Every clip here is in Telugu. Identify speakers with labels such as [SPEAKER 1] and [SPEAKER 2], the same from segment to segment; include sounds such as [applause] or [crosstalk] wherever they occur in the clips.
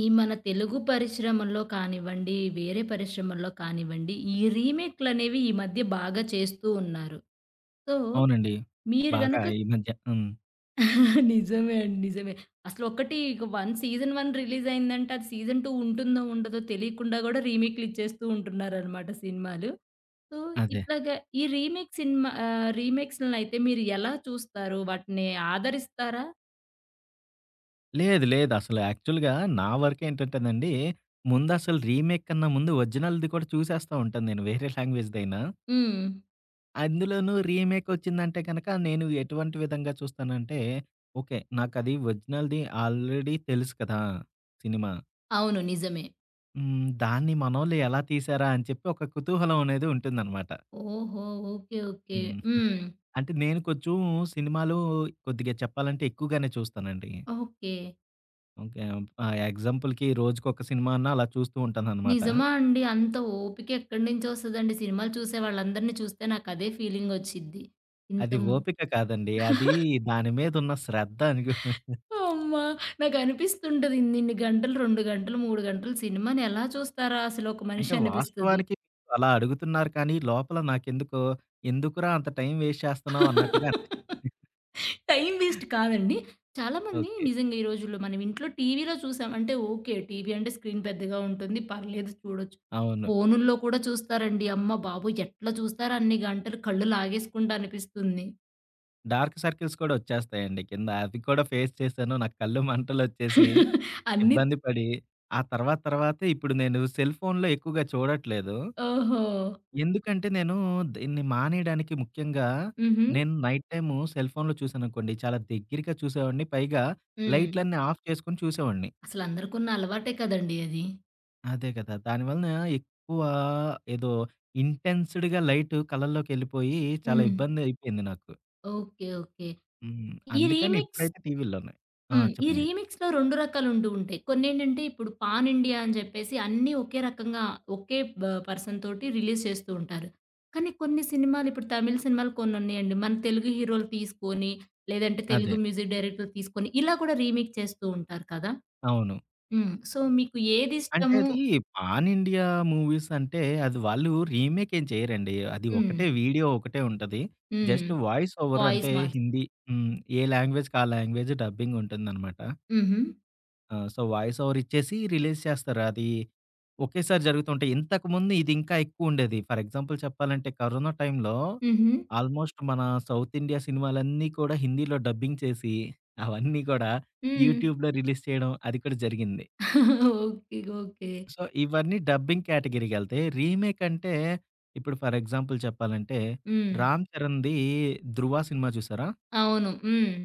[SPEAKER 1] ఈ మన తెలుగు పరిశ్రమల్లో కానివ్వండి, వేరే పరిశ్రమల్లో కానివ్వండి, ఈ రీమేక్‌లనేవి ఈ మధ్య బాగా చేస్తూ ఉన్నారు. సో,
[SPEAKER 2] అవునండి.
[SPEAKER 1] మీరు
[SPEAKER 2] బాగా
[SPEAKER 1] గనక
[SPEAKER 2] ఈ మధ్య
[SPEAKER 1] [laughs] నిజమే అండి. నిజమే. అసలు ఒకటి ఇక 1 సీజన్ 1 రిలీజ్ అయిందంటే అది సీజన్ 2 ఉంటుందో, ఉండదో తెలియకుండా గూడా రీమేక్‌లు ఇచ్చేస్తూ ఉంటున్నారనమాట సినిమాలు. సో,
[SPEAKER 2] అదే.
[SPEAKER 1] ఇట్లాగా ఈ రీమేక్ సినిమా రీమేక్స్‌లనైతే మీరు ఎలా చూస్తారు? వాటిని ఆదరిస్తారా?
[SPEAKER 2] లేదు. లేదు. అసలు యాక్చువల్‌గా నా వరకేంటంటేనండి, ముందసలు రీమేక్ కన్నా ముందు ఒరిజినల్‌ది కూడా చూసేస్తా ఉంటాను నేను వేరే లాంగ్వేజ్‌దైనా.
[SPEAKER 1] హ్మ్.
[SPEAKER 2] అందులోనూ రీమేక్ ఒచ్చిందంటే గనక నేను ఎటువంటి విధంగా చూస్తానంటే, ఓకే. నాకది ఒరిజినల్‌ది ఆల్రెడీ తెలుసు కదా! సినిమా.
[SPEAKER 1] అవును. నిజమే.
[SPEAKER 2] హ్మ్. దాన్ని మనోళ్ళు ఎలా తీశారా అని చెప్పి ఒక కుతూహలం అనేది ఉంటుందనమాట.
[SPEAKER 1] ఓహో! ఓకే. ఓకే.
[SPEAKER 2] హ్మ్.
[SPEAKER 1] హ్మ్.
[SPEAKER 2] అంటే నేను కొంచెం సినిమాలు కొద్దిగా చెప్పాలంటే ఎక్కువగానే చూస్తానండి.
[SPEAKER 1] ఓకే.
[SPEAKER 2] ఓకే. ఎగ్జాంపుల్‌కి రోజుకొక సినిమా అన్నా అలా చూస్తూ ఉంటాననమాట.
[SPEAKER 1] నిజమా అండి? అంత ఓపిక ఎక్కడి నుంచొస్తదండి? సినిమాలు చూసే వాళ్ళందరిని చూస్తే నాకదే ఫీలింగొచ్చిద్ది. ఇంత
[SPEAKER 2] అది
[SPEAKER 1] ము
[SPEAKER 2] ఓపిక కాదండి. అది
[SPEAKER 1] [laughs]
[SPEAKER 2] దాని మీదున్న శ్రద్ధ అనుకో.
[SPEAKER 1] అమ్మా! నాకనిపిస్తుంటది. ఇన్నిన్ని గంటలు 2 గంటలు, 3 గంటలు సినిమాని ఎలా చూస్తారా అసలొక
[SPEAKER 2] అంటే
[SPEAKER 1] మనిషి అనిపిస్తది.
[SPEAKER 2] వాస్తవానికి అలా అడుగుతున్నారు కానీ, లోపల నాకెందుకో ఎందుకురా అంత టైం వేస్ట్ చేస్తున్నావు అన్నట్టుగా అనిపిస్తుంది.
[SPEAKER 1] [laughs]
[SPEAKER 2] [laughs]
[SPEAKER 1] టైమ్ వేస్ట్ కాదండి. చాలామంది
[SPEAKER 2] ఓకే.
[SPEAKER 1] నిజంగా ఈ రోజుల్లో మనం ఇంట్లో టీవీలో చూసాం అంటే ఓకే. టీవీ అంటే స్క్రీన్ పెద్దగా ఉంటుంది. పర్లేదు చూడొచ్చు.
[SPEAKER 2] అవును.
[SPEAKER 1] ఫోనుల్లో కూడా చూస్తారండి. అమ్మ బాబోయ్! ఎట్లా చూస్తారో అన్ని గంటలు కళ్ళు లాగేసుకుంటా అనిపిస్తుంది.
[SPEAKER 2] డార్క్ సర్కిల్స్ కూడా వచ్చేస్తాయండి కింద. అవి కూడా ఫేస్ చేశాను. నాకు కళ్ళు మంటలొచ్చేసి
[SPEAKER 1] అన్నీ
[SPEAKER 2] ఇబ్బంది పడి, ఆ తర్వాత తర్వాత ఇప్పుడు నేను సెల్ ఫోన్‌లో ఎక్కువగా చూడట్లేదు.
[SPEAKER 1] ఓహో!
[SPEAKER 2] ఎందుకంటే నేను దీన్ని మానేయడానికి ముఖ్యంగా
[SPEAKER 1] హుహు.
[SPEAKER 2] నేను నైట్ టైము సెల్ ఫోన్‌లో చూశాననుకోండి, చాలా దగ్గరగా చూసేవాడిని. పైగా
[SPEAKER 1] హ్మ్.
[SPEAKER 2] లైట్‌లన్నీ ఆఫ్ చేసుకొని చూసేవాడిని.
[SPEAKER 1] అసలందరికున్న అలవాటే కదండీ అది.
[SPEAKER 2] అదే కదా! దానివలన ఎక్కువ ఏదో ఇంటెన్స్డ్‌గా లైట్ కళ్ళల్లోకెళ్ళిపోయి చాలా
[SPEAKER 1] హ్మ్.
[SPEAKER 2] ఇబ్బంది అయిపోయింది నాకు.
[SPEAKER 1] ఓకే. ఓకే.
[SPEAKER 2] హ్మ్.
[SPEAKER 1] ఈ
[SPEAKER 2] అందుకని
[SPEAKER 1] రీమిక్స్
[SPEAKER 2] ఇప్పుడైతే టీవీ‌ల్లోనే. ఆ!
[SPEAKER 1] హ్మ్. ఈ
[SPEAKER 2] చెప్పండి.
[SPEAKER 1] రీమిక్స్‌లో 2 రకాలుంటూ ఉంటాయి. కొన్నేంటంటే ఇప్పుడు పాన్ ఇండియా అని చెప్పేసి అన్నీ ఒకే రకంగా ఒకే పర్సన్ తోటి రిలీజ్ చేస్తూ ఉంటారు. కానీ కొన్ని సినిమాలు ఇప్పుడు తమిళ్ సినిమాలు కొన్నున్నాయండి. మన తెలుగు హీరోలు తీసుకొని, లేదంటే తెలుగు
[SPEAKER 2] అదే.
[SPEAKER 1] మ్యూజిక్ డైరెక్టర్ తీసుకొని ఇలా కూడా రీమేక్ చేస్తూ ఉంటారు కదా!
[SPEAKER 2] అవును.
[SPEAKER 1] హ్మ్. సో మీకు
[SPEAKER 2] అంటే
[SPEAKER 1] ఏదిష్టము?
[SPEAKER 2] అది పాన్ ఇండియా మూవీస్ అంటే అది వాళ్ళు రీమేక్ ఏం చేయరండి. అది
[SPEAKER 1] హ్మ్.
[SPEAKER 2] ఒకటే వీడియో ఒకటే ఉంటది.
[SPEAKER 1] హ్మ్.
[SPEAKER 2] జస్ట్ వాయిస్ ఓవర్
[SPEAKER 1] వాయిస్
[SPEAKER 2] అంటే
[SPEAKER 1] మార్చి
[SPEAKER 2] హిందీ, హ్మ్. ఏ లాంగ్వేజ్‌కి ఆ లాంగ్వేజ్ డబ్బింగ్ ఉంటుందనమాట.
[SPEAKER 1] హుహు.
[SPEAKER 2] ఆ! సో, వాయిస్ ఓవర్ ఇచ్చేసి రిలీజ్ చేస్తారు. అది ఒకేసారి జరుగుతుంటాయి. ఇంతకుముందు ఇది ఇంకా ఎక్కువుండేది. ఫర్ ఎగ్జాంపుల్ చెప్పాలంటే కరోనా టైంలో
[SPEAKER 1] హుహు.
[SPEAKER 2] ఆల్మోస్ట్ మన సౌత్ ఇండియా సినిమాలన్నీ కూడా హిందీలో డబ్బింగ్ చేసి అవన్నీ కూడా
[SPEAKER 1] హ్మ్.
[SPEAKER 2] యూట్యూబ్‌లో రిలీజ్ చేయడం అది కూడా జరిగింది.
[SPEAKER 1] ఓకే. ఓకే.
[SPEAKER 2] సో, ఇవన్నీ డబ్బింగ్ కేటగిరీకెళ్తాయి. రీమేక్ అంటే, ఇప్పుడు ఫర్ ఎగ్జాంపుల్ చెప్పాలంటే, హ్మ్,
[SPEAKER 1] హ్మ్.
[SPEAKER 2] 'రామ్ చరణ్‌ది' 'ధృవ' సినిమా చూసారా?
[SPEAKER 1] అవును. హ్మ్.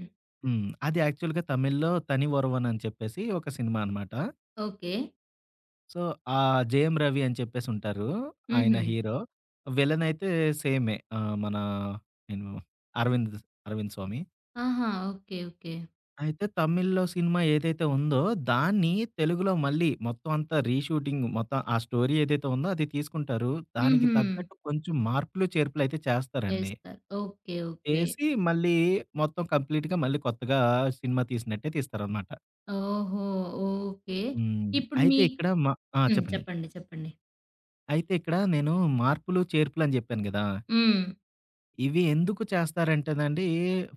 [SPEAKER 2] హ్మ్. అది యాక్చువల్‌గా తమిళ్లో 'తని ఒరువన్' అని చెప్పేసి ఒక సినిమా అనమాట.
[SPEAKER 1] ఓకే.
[SPEAKER 2] సో, ఆ 'జేఎం రవి' అని చెప్పేసి ఉంటారు. ఆయన
[SPEAKER 1] హుహు.
[SPEAKER 2] హీరో. విలన్ అయితే సేమే. మన నేను 'అరవింద్' 'అరవింద్ స్వామి.'
[SPEAKER 1] ఆహా! ఓకే. ఓకే.
[SPEAKER 2] అయితే తమిళ్‌లో సినిమా ఏదైతే ఉందో, దాన్ని తెలుగులో మళ్ళీ మొత్తం అంతా రీషూటింగ్ మొత్తం ఆ స్టోరీ ఏదైతే ఉందో అది తీసుకుంటారు. దానికి
[SPEAKER 1] హుహు.
[SPEAKER 2] తగ్గట్టు కొంచెం మార్పులు, చేర్పులైతే చేస్తారండి.
[SPEAKER 1] చేస్తారు. ఓకే. ఓకే.
[SPEAKER 2] చేసి మళ్ళీ మొత్తం కంప్లీట్‌గా మళ్ళీ కొత్తగా సినిమా తీసినట్టే తీస్తారనమాట.
[SPEAKER 1] ఓహో! ఓకే.
[SPEAKER 2] హ్మ్.
[SPEAKER 1] ఇప్పుడు మీ
[SPEAKER 2] అయితే ఇక్కడ మ ఆ!
[SPEAKER 1] హ్మ్.
[SPEAKER 2] చెప్పండి.
[SPEAKER 1] చెప్పండి. చెప్పండి.
[SPEAKER 2] అయితే ఇక్కడ నేను మార్పులు, చేర్పులని జెప్పాను గదా!
[SPEAKER 1] హ్మ్.
[SPEAKER 2] ఇవి ఎందుకు చేస్తారంటేనండి,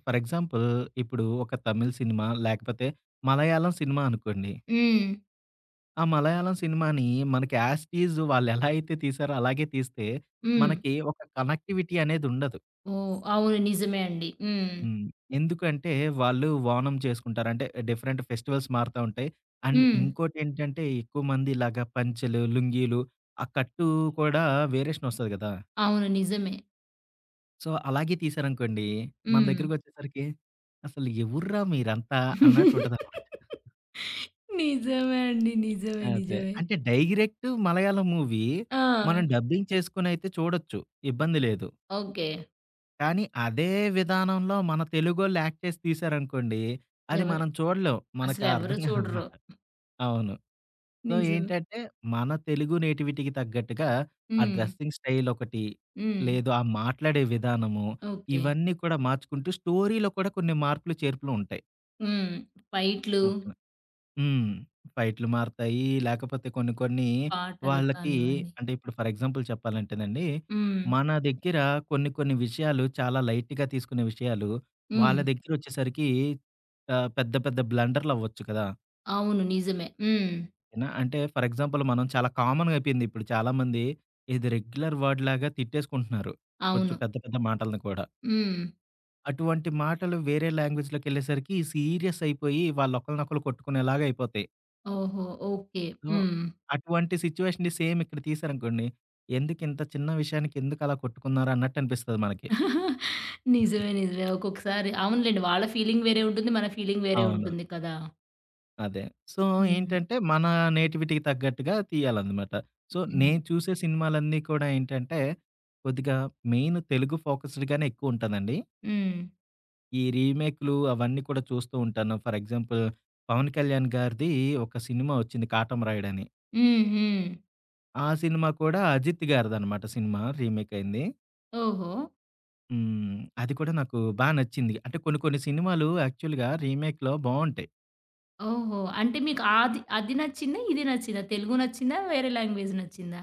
[SPEAKER 2] ఫర్ ఎగ్జాంపుల్ ఇప్పుడు ఒక తమిళ్ సినిమా లేకపోతే మలయాళం సినిమా అనుకోండి.
[SPEAKER 1] హ్మ్.
[SPEAKER 2] ఆ మలయాళం సినిమాని మనకి యాజ్ ఇట్ ఈజ్ వాళ్ళెలా అయితే తీశారో అలాగే తీస్తే,
[SPEAKER 1] హ్మ్.
[SPEAKER 2] మనకి ఒక కనెక్టివిటీ అనేదుండదు.
[SPEAKER 1] ఓహ్! అవును. నిజమే అండి. హ్మ్.
[SPEAKER 2] హ్మ్. ఎందుకంటే వాళ్ళు ఓనం చేసుకుంటారు. అంటే డిఫరెంట్ ఫెస్టివల్స్ మారుతా ఉంటాయి. అండ్
[SPEAKER 1] హ్మ్.
[SPEAKER 2] ఇంకోటేంటంటే ఎక్కువ మంది ఇలాగ పంచెలు, లుంగీలు ఆ కట్టు కూడా వేరియేషన్ ఒస్తది గదా!
[SPEAKER 1] అవును. నిజమే.
[SPEAKER 2] సో, అలాగే తీశారనుకోండి, మన
[SPEAKER 1] హ్మ్.
[SPEAKER 2] దగ్గరికొచ్చేసరికి అసలు ఎవర్రా మీరంతా
[SPEAKER 1] [laughs]
[SPEAKER 2] అన్నట్టుంటదనమాట.
[SPEAKER 1] నిజమే అండి. నిజమే.
[SPEAKER 2] అదే.
[SPEAKER 1] నిజమే.
[SPEAKER 2] అంటే డైరెక్ట్ మలయాళం మూవీ మనం
[SPEAKER 1] ఆ!
[SPEAKER 2] డబ్బింగ్ చేసుకొనైతే చూడొచ్చు. ఇబ్బంది లేదు.
[SPEAKER 1] ఓకే.
[SPEAKER 2] కానీ అదే విధానంలో మన తెలుగోళ్ళు యాక్ట్ చేసి తీశారనుకోండి, అది
[SPEAKER 1] ఎవరు
[SPEAKER 2] మనం చూడలేం. మనకు
[SPEAKER 1] అసలెవరు
[SPEAKER 2] అర్థం
[SPEAKER 1] చూడరు.
[SPEAKER 2] కాదనమాట. అవును. సో,
[SPEAKER 1] నిజమే.
[SPEAKER 2] ఏంటంటే మన తెలుగు నేటివిటీకి తగ్గట్టుగా ఆ
[SPEAKER 1] హ్మ్.
[SPEAKER 2] డ్రెస్సింగ్ స్టైల్ ఒకటి,
[SPEAKER 1] హ్మ్.
[SPEAKER 2] లేదు ఆ మాట్లాడే విధానము,
[SPEAKER 1] ఓకే.
[SPEAKER 2] ఇవన్నీ కూడా మార్చుకుంటూ స్టోరీలో కూడా కొన్ని మార్పులు, చేర్పులు ఉంటాయి.
[SPEAKER 1] హ్మ్. ఫైట్‌లు.
[SPEAKER 2] ఓకేనా? హ్మ్. ఫైట్లు మారతాయి. లేకపోతే కొన్ని కొన్ని
[SPEAKER 1] పాటలు
[SPEAKER 2] వాళ్ళకి
[SPEAKER 1] కానివ్వండి.
[SPEAKER 2] అంటే ఇప్పుడు ఫర్ ఎగ్జాంపుల్ చెప్పాలంటేనండి,
[SPEAKER 1] హ్మ్.
[SPEAKER 2] మన దగ్గర కొన్ని కొన్ని విషయాలు చాలా లైట్‌గా తీసుకునే విషయాలు వాళ్ళ
[SPEAKER 1] హ్మ్.
[SPEAKER 2] దగ్గరొచ్చేసరికి పెద్ద పెద్ద బ్లండర్‌లవ్వచ్చు కదా!
[SPEAKER 1] అవును. నిజమే. హ్మ్.
[SPEAKER 2] ఓకేనా? అంటే ఫర్ ఎగ్జాంపుల్ మనం చాలా కామన్‌గా అయిపోయింది. ఇప్పుడు చాలామంది ఇది రెగ్యులర్ వర్డ్‌లాగా తిట్టేసుకుంటున్నారు. కొంచెం
[SPEAKER 1] అవును.
[SPEAKER 2] పెద్ద పెద్ద మాటలను కూడా.
[SPEAKER 1] హ్మ్.
[SPEAKER 2] అటువంటి మాటలు వేరే లాంగ్వేజ్‌లోకెళ్ళేసరికి సీరియస్ అయిపోయి వాళ్ళొకళ్ళనొకళ్ళు కొట్టుకునేలాగా అయిపోతాయి.
[SPEAKER 1] ఓహో! ఓకే.
[SPEAKER 2] సో,
[SPEAKER 1] హ్మ్.
[SPEAKER 2] అటువంటి సిట్యుయేషన్‌ని సేమ్ ఇక్కడ తీశారనుకోండి. ఎందుకింత చిన్న విషయానికి ఎందుకలా కొట్టుకున్నారు అన్నట్టు అనిపిస్తది మనకి.
[SPEAKER 1] [laughs] నిజమే. నిజమే. ఒక్కొక్కసారి అవునులెండి. వాళ్ళ ఫీలింగ్ వేరే ఉంటుంది. మన ఫీలింగ్ వేరే
[SPEAKER 2] అవును.
[SPEAKER 1] ఉంటుంది కదా!
[SPEAKER 2] అదే. సో,
[SPEAKER 1] హ్మ్.
[SPEAKER 2] ఏంటంటే మన నేటివిటీకి తగ్గట్టుగా తీయాలన్నమాట. సో,
[SPEAKER 1] హ్మ్.
[SPEAKER 2] నేను చూసే సినిమాలన్నీ కూడా ఏంటంటే, కొద్దిగా మెయిన్ తెలుగు ఫోకస్డ్‌గానే ఎక్కువుంటాదండి.
[SPEAKER 1] హ్మ్.
[SPEAKER 2] ఈ రీమేక్‌లు అవన్నీ కూడా చూస్తూ ఉంటాను. ఫర్ ఎగ్జాంపుల్ 'పవన్ కళ్యాణ్' గారిది ఒక సినిమా వచ్చింది 'కాటమరాయుడు' అని.
[SPEAKER 1] హ్మ్. హ్మ్.
[SPEAKER 2] ఆ సినిమా కూడా అజిత్ గారిదనమాట సినిమా రీమేక్ అయింది.
[SPEAKER 1] ఓహో!
[SPEAKER 2] హ్మ్. అది కూడా నాకు బా నచ్చింది. అంటే కొన్ని కొన్ని సినిమాలు యాక్చువల్‌గా రీమేక్‌లో బావుంటాయి.
[SPEAKER 1] ఓహో! అంటే మీకు అది నచ్చిందా? ఇది నచ్చిందా? తెలుగు నచ్చిందా? వేరే లాంగ్వేజ్ నచ్చిందా?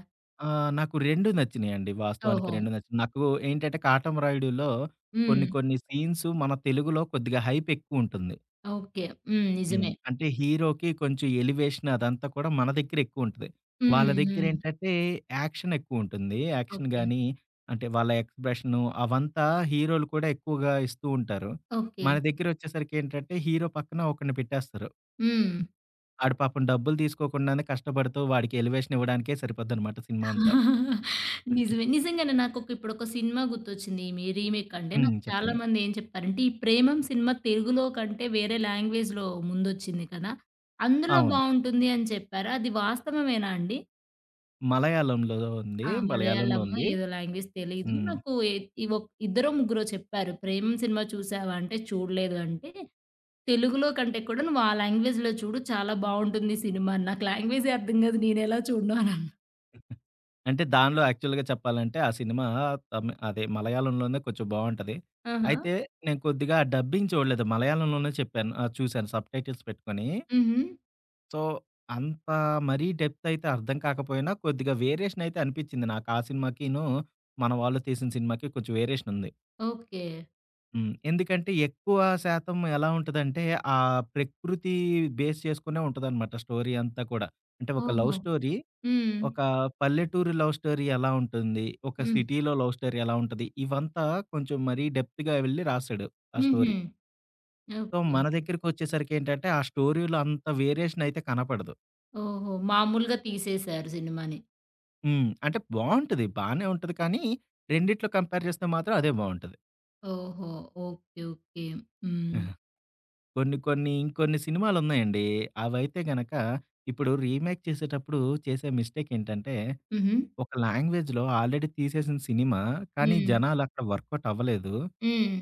[SPEAKER 2] నాకు 2 నచ్చినాయండి. వాస్తవానికి
[SPEAKER 1] ఓహో!
[SPEAKER 2] 2 నచ్చినియి. నాకు ఏంటంటే 'కాటమరాయుడులో' కొన్ని
[SPEAKER 1] హ్మ్.
[SPEAKER 2] కొన్ని సీన్స్ మన తెలుగులో కొద్దిగా హైప్ ఎక్కువుంటుంది.
[SPEAKER 1] ఓకే. హ్మ్.
[SPEAKER 2] హ్మ్.
[SPEAKER 1] నిజమే.
[SPEAKER 2] అంటే హీరోకి కొంచెం ఎలివేషన్ అదంతా కూడా మన దగ్గర ఎక్కువుంటది.
[SPEAKER 1] హ్మ్.
[SPEAKER 2] వాళ్ళ దగ్గర
[SPEAKER 1] హ్మ్.
[SPEAKER 2] ఏంటంటే యాక్షన్ ఎక్కువుంటుంది. Action
[SPEAKER 1] okay.
[SPEAKER 2] గాని, అంటే వాళ్ళ ఎక్స్‌ప్రెషను అవంతా హీరోలు కూడా ఎక్కువగా ఇస్తూ ఉంటారు.
[SPEAKER 1] ఓకే.
[SPEAKER 2] మన దగ్గరొచ్చేసరికి ఏంటంటే హీరో పక్కన ఒకడిని పెట్టేస్తారు.
[SPEAKER 1] హ్మ్.
[SPEAKER 2] ఆడు పాపం డబ్బులు తీసుకోకుండానే కష్టపడుతూ వాడికి ఎలివేషన్ ఇవ్వడానికే సరిపోద్దనమాట సినిమా అంతా.
[SPEAKER 1] [laughs] నిజమే. నిజంగానే ఇప్పుడొక సినిమా గుర్తొచ్చింది. ఈమె రీమేక్ అంటే
[SPEAKER 2] హ్మ్.
[SPEAKER 1] నాకు చాలా
[SPEAKER 2] చెప్పండి.
[SPEAKER 1] మంది ఏం చెప్పారంటే, ఈ 'ప్రేమం' సినిమా తెలుగులో కంటే వేరే లాంగ్వేజ్‌లో ముందొచ్చింది కదా! అందులో
[SPEAKER 2] అవును.
[SPEAKER 1] బావుంటుంది అని చెప్పారు. అది వాస్తవమేనా అండి?
[SPEAKER 2] మలయాళంలో ఉంది.
[SPEAKER 1] ఆ!
[SPEAKER 2] మలయాళంలో
[SPEAKER 1] మలయాళమో
[SPEAKER 2] ఉంది.
[SPEAKER 1] ఏదో లాంగ్వేజ్ తెలీదు.
[SPEAKER 2] హ్మ్.
[SPEAKER 1] నాకు ఎ ఇ ఒక్ ఇద్దరో ముగ్గురో చెప్పారు. 'ప్రేమం' సినిమా చూసావా అంటే చూడలేదు అంటే తెలుగులో కంటే కూడా నువ్వు ఆ లాంగ్వేజ్‌లో చూడు చాలా బావుంటుంది సినిమా అని. నాకు లాంగ్వేజే అర్థం కాదు నేనెలా చూడను అనన్నా.
[SPEAKER 2] అంటే దానిలో యాక్చువల్‌గా చెప్పాలంటే ఆ సినిమా అదే మలయాళంలోనే కొంచెం బావుంటది.
[SPEAKER 1] ఆహా!
[SPEAKER 2] అయితే నేను కొద్దిగా డబ్బింగ్ చూడలేదు. మలయాళంలోనే చెప్పాను, చూసాను సబ్‌టైటిల్స్ పెట్టుకొని.
[SPEAKER 1] హుహు.
[SPEAKER 2] సో, అంత మరీ డెప్త్ అయితే అర్థం కాకపోయినా కొద్దిగా వేరియేషన్ అయితే అనిపిచ్చింది నాకు. ఆ సినిమాకిను, మన వాళ్ళు తీసిన సినిమాకి కొంచెం వేరియేషన్ ఉంది.
[SPEAKER 1] ఓకే.
[SPEAKER 2] హ్మ్. ఎందుకంటే ఎక్కువ శాతం ఎలా ఉంటదంటే, ఆ ప్రకృతి బేస్ చేసుకునే ఉంటదనమాట స్టోరీ అంతా కూడా. అంటే ఒక లవ్
[SPEAKER 1] ఓహో!
[SPEAKER 2] స్టోరీ,
[SPEAKER 1] హ్మ్.
[SPEAKER 2] ఒక పల్లెటూరి లవ్ స్టోరీ ఎలా ఉంటుంది, ఒక
[SPEAKER 1] హ్మ్.
[SPEAKER 2] సిటీలో లవ్ స్టోరీ ఎలా ఉంటది, ఇవంతా కొంచెం మరీ డెప్త్‌గా వెళ్లి రాసాడు ఆ
[SPEAKER 1] హుహు.
[SPEAKER 2] స్టోరీ. So,
[SPEAKER 1] okay.
[SPEAKER 2] మన దగ్గరికొచ్చేసరికేంటంటే, ఆ స్టోరీలో అంత వేరియేషన్ అయితే కనపడదు.
[SPEAKER 1] ఓహో! మామూలుగా తీసేసారు సినిమాని.
[SPEAKER 2] హ్మ్. అంటే బావుంటది. బానే ఉంటది కానీ, రెండిట్లో కంపేర్ చేస్తే మాత్రం అదే బావుంటది.
[SPEAKER 1] ఓహో! ఓకే. ఓకే. హ్మ్.
[SPEAKER 2] కొన్ని కొన్ని ఇంకొన్ని సినిమాలున్నాయండి. అవైతే గనక ఇప్పుడు రీమేక్ చేసేటప్పుడు చేసే మిస్టేక్ ఏంటంటే,
[SPEAKER 1] హుహు.
[SPEAKER 2] ఒక లాంగ్వేజ్‌లో ఆల్రెడీ తీసేసిన సినిమా, కానీ
[SPEAKER 1] హ్మ్.
[SPEAKER 2] జనాలక్కడ వర్కౌట్ అవ్వలేదు.
[SPEAKER 1] హ్మ్.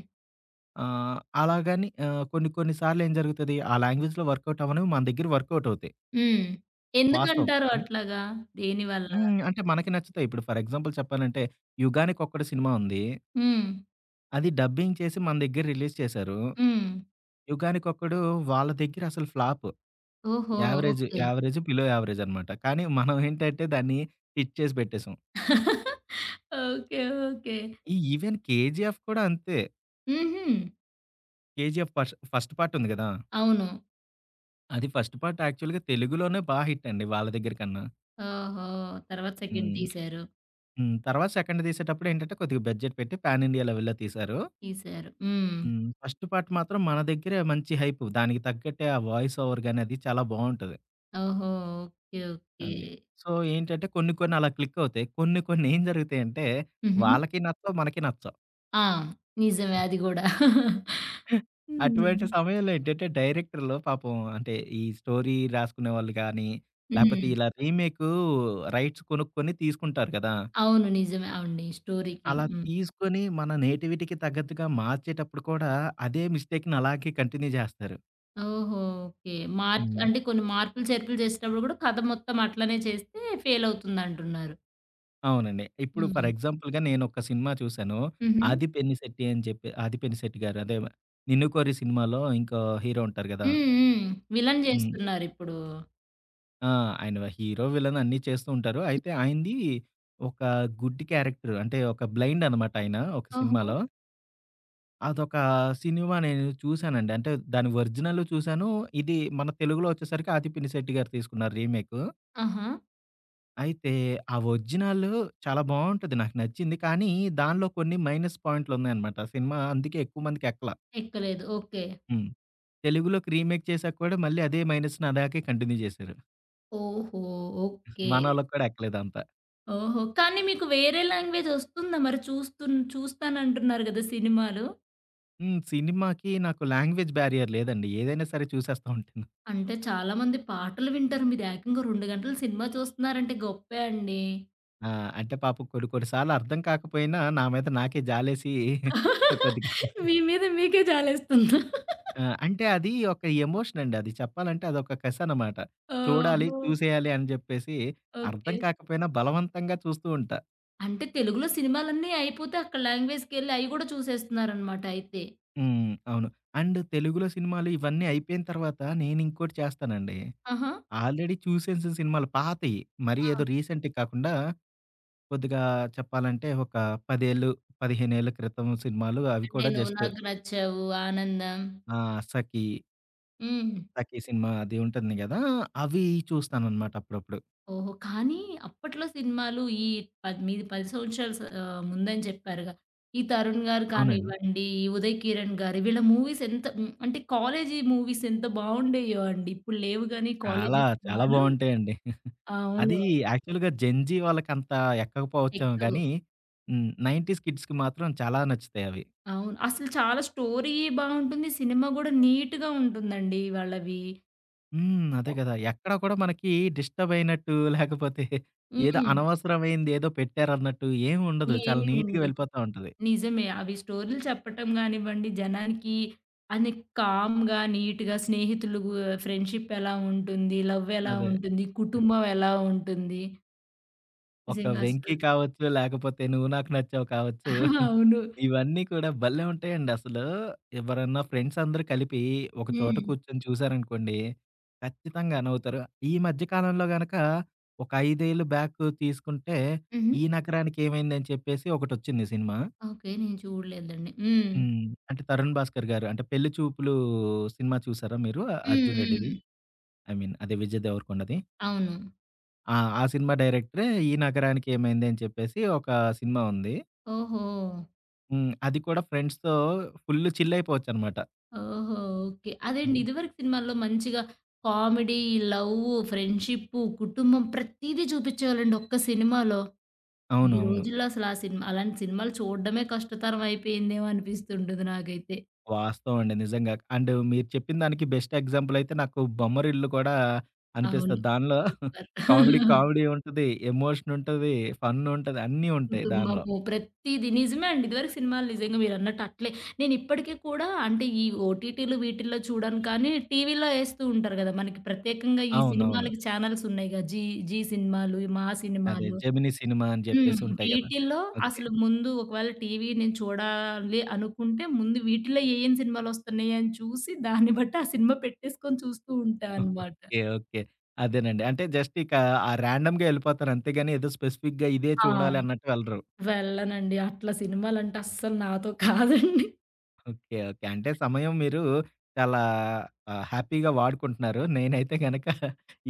[SPEAKER 2] అలాగని కొన్ని కొన్ని సార్లేం జరుగుతది, ఆ లాంగ్వేజ్‌లో వర్కౌట్ అవ్వనివి మన దగ్గర వర్కౌట్ అవుతాయి.
[SPEAKER 1] హ్మ్.
[SPEAKER 2] వాస్తవం.
[SPEAKER 1] ఎందుకంటారు
[SPEAKER 2] కానీ
[SPEAKER 1] అట్లాగా? దేనివల్ల?
[SPEAKER 2] హ్మ్. అంటే మనకి నచ్చుతాయి. ఇప్పుడు ఫర్ ఎగ్జాంపుల్ చెప్పాలంటే 'యుగానికొక్కడు' సినిమా ఉంది.
[SPEAKER 1] హ్మ్.
[SPEAKER 2] అది డబ్బింగ్ చేసి మన దగ్గర రిలీజ్ చేశారు.
[SPEAKER 1] హ్మ్.
[SPEAKER 2] 'యుగానికొక్కడు' వాళ్ళ దగ్గర అసలు ఫ్లాప్.
[SPEAKER 1] ఓహో!
[SPEAKER 2] Average,
[SPEAKER 1] okay.
[SPEAKER 2] Average, below average అనమాట. కానీ మనం ఏంటంటే దాన్ని హిట్ చేసి పెట్టేసాం.
[SPEAKER 1] ఓకే. ఓకే.
[SPEAKER 2] ఈ ఈవెన్ 'కేజీఎఫ్' కూడా అంతే.
[SPEAKER 1] హుహు.
[SPEAKER 2] 'కేజీఎఫ్' ఫస్ట్ ఫస్ట్ పార్ట్ ఉంది గదా!
[SPEAKER 1] అవును.
[SPEAKER 2] అది ఫస్ట్ పార్ట్ యాక్చువల్‌గా తెలుగులోనే బా హిట్ అండి వాళ్ళ దగ్గర కన్నా.
[SPEAKER 1] ఓహో! తర్వాత సెకండ్
[SPEAKER 2] హ్మ్.
[SPEAKER 1] తీశారు.
[SPEAKER 2] హ్మ్. తర్వాత సెకండ్ తీసేటప్పుడు ఏంటంటే కొద్దిగా బడ్జెట్ పెట్టి పాన్ ఇండియా లెవెల్‌లో తీశారు.
[SPEAKER 1] తీశారు. హ్మ్.
[SPEAKER 2] హ్మ్. ఫస్ట్ పార్ట్ మాత్రం మన దగ్గరే మంచి హైప్. దానికి తగ్గట్టే ఆ వాయిస్ ఓవర్ గాని అది చాలా బావుంటది.
[SPEAKER 1] ఓహో! ఓకే. ఓకే.
[SPEAKER 2] అది. సో ఏంటంటే కొన్ని కొన్ని అలా క్లిక్ అవుతాయి. కొన్ని కొన్ని ఏం జరుగుతాయంటే
[SPEAKER 1] హుహు.
[SPEAKER 2] వాళ్ళకి నచ్చవు, మనకి నచ్చవు.
[SPEAKER 1] ఆ! నిజమే అది గూడా. హ్మ్.
[SPEAKER 2] అటువంటి సమయంలో ఏంటంటే డైరెక్టర్‌లు పాపం అంటే ఈ స్టోరీ రాసుకునే వాళ్ళు గాని,
[SPEAKER 1] హ్మ్.
[SPEAKER 2] లేపోతే ఇలా రీమేకు రైట్స్ కొనుక్కొని తీసుకుంటారు కదా!
[SPEAKER 1] అవును. నిజమే. అవునండి. స్టోరీకి.
[SPEAKER 2] అలా
[SPEAKER 1] హ్మ్.
[SPEAKER 2] తీసుకొని మన నేటివిటీకి తగ్గట్టుగా మార్చేటప్పుడు కూడా అదే మిస్టేక్‌ని అలాగే కంటిన్యూ చేస్తారు.
[SPEAKER 1] ఓహో! ఓకే. మార్క్
[SPEAKER 2] హ్మ్.
[SPEAKER 1] అంటే కొన్ని మార్పులు, చేర్పులు చేసేటప్పుడు గూడా కథ మొత్తం అట్లనే చేస్తే ఫెయిల్ అవుతుందంటున్నారు.
[SPEAKER 2] అవునండి. ఇప్పుడు
[SPEAKER 1] హ్మ్.
[SPEAKER 2] ఫర్ ఎగ్జాంపుల్‌గా నేనొక సినిమా చూసాను.
[SPEAKER 1] హుహు.
[SPEAKER 2] 'ఆది పెన్నిశెట్టి' అని చెప్పి 'ఆది పెన్నిశెట్టి' గారు అదే 'నిన్ను కోరి' సినిమాలో ఇంకో హీరో ఉంటారు కదా!
[SPEAKER 1] హ్మ్. హ్మ్. విలన్
[SPEAKER 2] హ్మ్.
[SPEAKER 1] చేస్తున్నారిప్పుడు.
[SPEAKER 2] ఆ! ఆయన హీరో, విలన్ అన్నీ చేస్తూ ఉంటారు. అయితే ఆయనది ఒక గుడ్ క్యారెక్టర్. అంటే ఒక బ్లైండ్ అనమాట ఆయన ఒక
[SPEAKER 1] ఓహో!
[SPEAKER 2] సినిమాలో. అదొక సినిమా నేను చూశానండి. అంటే దాని ఒరిజినల్ చూశాను. ఇది మన తెలుగులో వచ్చేసరికి ఆది పినిశెట్టి గారు తీసుకున్నారు రీమేకు.
[SPEAKER 1] ఆహా!
[SPEAKER 2] అయితే ఆ ఒరిజినల్ చాలా బావుంటది. నాకు నచ్చింది. కానీ దానిలో కొన్ని మైనస్ పాయింట్లున్నాయనమాట. సినిమా అందుకే ఎక్కువ మందికి ఎక్కల.
[SPEAKER 1] ఎక్కలేదు. ఓకే.
[SPEAKER 2] హ్మ్. తెలుగులోకి రీమేక్ చేసాక కూడా మళ్ళీ అదే మైనస్ నా దాకే కంటిన్యూ చేశారు.
[SPEAKER 1] ఓహో! ఓకే.
[SPEAKER 2] మనోళ్ళకి కూడా ఎక్కలేదంత.
[SPEAKER 1] ఓహో! కానీ మీకు వేరే లాంగ్వేజ్ ఒస్తుందా మరి? చూస్తానంటున్నారు గదా! సినిమాలు.
[SPEAKER 2] హ్మ్. సినిమాకి నాకు లాంగ్వేజ్ బ్యారియర్ లేదండి. ఏదైనా సరే చూసేస్తా ఉంటాను.
[SPEAKER 1] అంటే చాలా మంది పాటలు వింటారు. మీరు ఏకంగా 2 గంటలు సినిమా చూస్తున్నారంటే గొప్పే అండి.
[SPEAKER 2] ఆ! అంటే పాపం కొన్ని కొన్ని సార్లు అర్థం కాకపోయినా నా మీద నాకే జాలేసి కొద్దిగా
[SPEAKER 1] [laughs] మీ మీద మీకే జాలేస్తుందా?
[SPEAKER 2] ఆ! అంటే అది ఒక ఎమోషన్ అండి. అది చెప్పాలంటే అదొక కసనమాట. చూడాలి,
[SPEAKER 1] ఓహో!
[SPEAKER 2] చూసేయాలి అని జెప్పేసి
[SPEAKER 1] ఓకే.
[SPEAKER 2] అర్థం కాకపోయినా బలవంతంగా చూస్తూ ఉంటా.
[SPEAKER 1] అంటే తెలుగులో సినిమాలన్నీ అయిపోతే అక్కడ లాంగ్వేజ్‌కెళ్ళి అయి గూడా చూసేస్తున్నారనమాట అయితే.
[SPEAKER 2] హ్మ్. అవును. అండ్ తెలుగులో సినిమాలు ఇవన్నీ అయిపోయిన తర్వాత నేనింకోటి చేస్తానండి.
[SPEAKER 1] ఆహా!
[SPEAKER 2] ఆల్రెడీ చూసేసిన సినిమాలు పాతయి. మరీ
[SPEAKER 1] ఆ!
[SPEAKER 2] ఏదో రీసెంట్‌వి కాకుండా కొద్దిగా చెప్పాలంటే ఒక 10 ఏళ్ళు, 15 ఏళ్ల క్రితం సినిమాలు అవి
[SPEAKER 1] అంటే
[SPEAKER 2] కూడా
[SPEAKER 1] 'నువ్వు
[SPEAKER 2] జస్ట్
[SPEAKER 1] నాకు నచ్చావు', 'ఆనందం'.
[SPEAKER 2] ఆ! 'సఖి',
[SPEAKER 1] హ్మ్.
[SPEAKER 2] 'సఖి' సినిమా అది ఉంటుంది గదా! అవి చూస్తాననమాట అప్పుడప్పుడు.
[SPEAKER 1] ఓహో! కానీ అప్పట్లో సినిమాలు ఈ పద్ మీది 10 సంవత్సరాల ముందని చెప్పారుగా. ఈ తరుణ్ గారు
[SPEAKER 2] అవునండి.
[SPEAKER 1] కానివ్వండి, ఈ ఉదయ్ కిరణ్ గారు వీళ్ళ మూవీస్ ఎంత అంటే కాలేజీ మూవీస్ ఎంత బావుండేయో అండి. ఇప్పుడు లేవు గానీ
[SPEAKER 2] చాలా,
[SPEAKER 1] కాలేజీ
[SPEAKER 2] చాలా
[SPEAKER 1] సినిమాలు.
[SPEAKER 2] బావుంటాయండి. అది
[SPEAKER 1] అవును.
[SPEAKER 2] యాక్చువల్‌గా జెన్‌జీ వాళ్ళకంత ఎక్కకపోవచ్చేమో
[SPEAKER 1] ఎక్కవు.
[SPEAKER 2] గానీ హ్మ్, 90s కిడ్స్‌కి మాత్రం చాలా నచ్చుతాయవి.
[SPEAKER 1] అవును. అసలు చాలా స్టోరీయే బావుంటుంది. సినిమా గూడా నీట్‌గా ఉంటుందండి వాళ్ళవి.
[SPEAKER 2] హ్మ్. అదే గదా! ఎక్కడ కూడా మనకి డిస్టర్బ్ అయినట్టు లేకపోతే ఏదో
[SPEAKER 1] హ్మ్.
[SPEAKER 2] అనవసరమైంది ఏదో పెట్టారన్నట్టు ఏమి ఉండదు. చాలా
[SPEAKER 1] ఏమి
[SPEAKER 2] నీట్‌గా
[SPEAKER 1] ఉండవు.
[SPEAKER 2] వెళ్ళిపోతా ఉంటది.
[SPEAKER 1] నిజమే. అవి స్టోరీలు చెప్పటం గానివ్వండి, జనానికి అన్ని కామ్‌గా, నీట్‌గా స్నేహితులు గు ఫ్రెండ్‌షిప్ ఎలా ఉంటుంది? లవ్ ఎలా
[SPEAKER 2] అదే.
[SPEAKER 1] ఉంటుంది? కుటుంబం ఎలా ఉంటుంది?
[SPEAKER 2] ఒక
[SPEAKER 1] నిజంగా
[SPEAKER 2] 'వెంకి'
[SPEAKER 1] అసలు
[SPEAKER 2] కావచ్చు, లేకపోతే 'నువ్వు నాకు నచ్చావు' కావచ్చు.
[SPEAKER 1] [laughs] అవును.
[SPEAKER 2] ఇవన్నీ కూడా భలే ఉంటాయండి అసలు. ఎవరన్నా ఫ్రెండ్స్ అందరూ కలిపి ఒక చోట
[SPEAKER 1] హ్మ్.
[SPEAKER 2] కూర్చొని చూసారనుకోండి, ఖచ్చితంగా నవ్వుతారు. ఈ మధ్య కాలంలో గనక ఒక 5 ఏళ్ళు బ్యాక్ తీసుకుంటే
[SPEAKER 1] హుహు.
[SPEAKER 2] 'ఈ నగరానికి ఏమైందని' చెప్పేసి ఒకటొచ్చింది సినిమా.
[SPEAKER 1] ఓకే. నేను చూడలేదండి. హ్మ్.
[SPEAKER 2] హ్మ్. అంటే తరుణ్ భాస్కర్ గారు అంటే 'పెళ్లి చూపులు' సినిమా చూసారా మీరు?
[SPEAKER 1] హ్మ్.
[SPEAKER 2] అర్జున్ రెడ్డిది.
[SPEAKER 1] హ్మ్.
[SPEAKER 2] ఐ మీన్ అదే విజయ్ దేవరకొండది.
[SPEAKER 1] అవును.
[SPEAKER 2] ఆ! ఆ సినిమా డైరెక్టరే 'ఈ నగరానికి ఏమైంది' అని చెప్పేసి ఒక సినిమా ఉంది.
[SPEAKER 1] ఓహో!
[SPEAKER 2] హ్మ్. అది కూడా ఫ్రెండ్స్‌తో ఫుల్ చిల్ అయిపోవచ్చనమాట.
[SPEAKER 1] ఓహో! ఓకే. అదేండి
[SPEAKER 2] హ్మ్.
[SPEAKER 1] ఇదివరకు సినిమాల్లో మంచిగా కామెడీ, లవ్వు, ఫ్రెండ్‌షిప్పు, కుటుంబం ప్రతీదీ చూపిచ్చేవాళ్ళండి ఒక్క సినిమాలో. ఈ
[SPEAKER 2] అవునవును.
[SPEAKER 1] రోజుల్లో అసలు ఆ సినిమా అలాంటి సినిమాలు చూడడమే కష్టతరం అయిపోయిందేమో అనిపిస్తుంటది నాకైతే.
[SPEAKER 2] వాస్తవం అండి. నిజంగా. అండ్ మీరు చెప్పిన దానికి బెస్ట్ ఎగ్జాంపుల్ అయితే నాకు బొమ్మరిల్లు కూడా
[SPEAKER 1] అవును.
[SPEAKER 2] అనిపిస్తది. దానిలో
[SPEAKER 1] సూపర్.
[SPEAKER 2] కామెడీ ఉంటది. ఎమోషన్ ఉంటది. ఫన్ ఉంటది. అన్నీ ఉంటాయి దానిలో.
[SPEAKER 1] కుటుంబము ప్రతీది నిజమే అండి. ఇదివరకు సినిమాలు నిజంగా మీరన్నట్టు అట్లే. నేనిప్పటికి కూడా అంటే ఈ ఓటీటీలు వీటిల్లో చూడను కానీ టీవీలో ఏస్తూ ఉంటారు గదా! మనకి ప్రత్యేకంగా ఈ
[SPEAKER 2] అవునవును.
[SPEAKER 1] సినిమాలకి ఛానెల్స్ ఉన్నాయిగా. జీ జీ సినిమాలు, మా
[SPEAKER 2] అదే
[SPEAKER 1] సినిమాలు.
[SPEAKER 2] 'జెమినీ' సినిమా అని
[SPEAKER 1] హ్మ్.
[SPEAKER 2] చెప్పేసి ఉంటాయి గదా!
[SPEAKER 1] వీటిల్లో
[SPEAKER 2] ఓకే.
[SPEAKER 1] అసలు ముందు ఒకవేళ టీవీ నేను చూడాలి అనుకుంటే, ముందు వీటిలో ఏయేం సినిమాలొస్తున్నాయి అని చూసి, దాన్ని బట్టి ఆ సినిమా పెట్టేసుకొని చూస్తూ ఉంటా అనమాట.
[SPEAKER 2] ఓకే. ఓకే. అదేనండి. అంటే జస్ట్ ఇక ఆ ర్యాండమ్‌గా ఎళ్ళిపోతారు. అంతేగాని ఏదో స్పెసిఫిక్‌గా ఇదే చూడాలి
[SPEAKER 1] ఆ!
[SPEAKER 2] అన్నట్టు వెళ్ళరు.
[SPEAKER 1] వెళ్ళనండి. అట్లా సినిమాలంటే అస్సలు నాతో కాదండి.
[SPEAKER 2] ఓకే. ఓకే. అంటే సమయం మీరు చాలా హ్యాపీగా వాడుకుంటున్నారు. నేనైతే గనక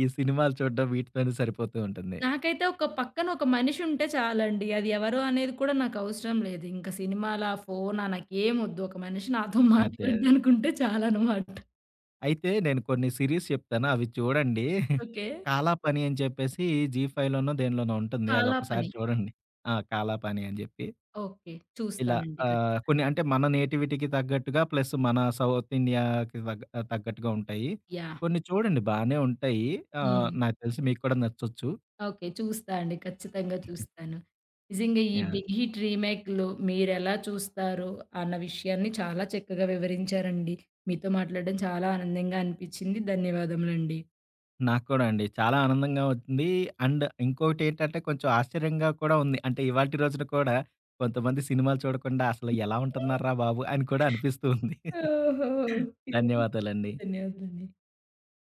[SPEAKER 2] ఈ సినిమాలు చూడడం వీటితోనే సరిపోతూ ఉంటుంది.
[SPEAKER 1] నాకైతే ఒక పక్కన ఒక మనిషుంటే చాలండి. అది ఎవరో అనేది కూడా నాకవసరం లేదు. ఇంక సినిమాలా, ఫోనా నాకేమొద్దు. ఒక మనిషి నాతో
[SPEAKER 2] అదే.
[SPEAKER 1] మాట్లాడడానికుంటే చాలనమాట.
[SPEAKER 2] అయితే నేను కొన్ని సీరీస్ చెప్తాను. అవి చూడండి.
[SPEAKER 1] ఓకే.
[SPEAKER 2] 'కాలాపాని' అని చెప్పేసి Zee5లోనో దేనిలోనో ఉంటుంది.
[SPEAKER 1] చాలా
[SPEAKER 2] అదొకసారి
[SPEAKER 1] పని.
[SPEAKER 2] చూడండి. ఆ! 'కాలాపాని' అని చెప్పి.
[SPEAKER 1] ఓకే.
[SPEAKER 2] ఇలా
[SPEAKER 1] చూస్తానండి
[SPEAKER 2] కొన్ని
[SPEAKER 1] ఖచ్చితంగా.
[SPEAKER 2] అంటే మన నేటివిటీకి తగ్గట్టుగా ప్లస్ మన సౌత్ ఇండియాకి తగ్గట్టుగా ఉంటాయి.
[SPEAKER 1] యాహ్!
[SPEAKER 2] కొన్ని చూడండి బానే ఉంటాయి.
[SPEAKER 1] హ్మ్.
[SPEAKER 2] నాకు తెలిసి మీకు కూడా నచ్చొచ్చు.
[SPEAKER 1] ఓకే. చూస్తా అండి. ఖచ్చితంగా చూస్తాను. నిజంగా ఈ
[SPEAKER 2] యాహ్!
[SPEAKER 1] 'బిగ్ హిట్ రీమేక్'లు మీరెలా చూస్తారో అన్న విషయాన్ని చాలా చక్కగా వివరించారండి. మీతో మాట్లాడడం చాలా ఆనందంగా అనిపిచ్చింది. ధన్యవాదములండి.
[SPEAKER 2] నాకు కూడా అండి. చాలా ఆనందంగా ఉంది. అండ్ ఇంకోటేంటంటే కొంచెం ఆశ్చర్యంగా కూడా ఉంది. అంటే ఇవాల్టి రోజున కూడా కొంతమంది సినిమాలు చూడకుండా అసలు ఎలా ఉంటున్నార్రా
[SPEAKER 1] [laughs]
[SPEAKER 2] బాబు! అని కూడా అనిపిస్తూ ఉంది.
[SPEAKER 1] ఓహో!
[SPEAKER 2] [laughs]
[SPEAKER 1] ఓకే.
[SPEAKER 2] ధన్యవాదాలండి.
[SPEAKER 1] ధన్యవాదాలండి.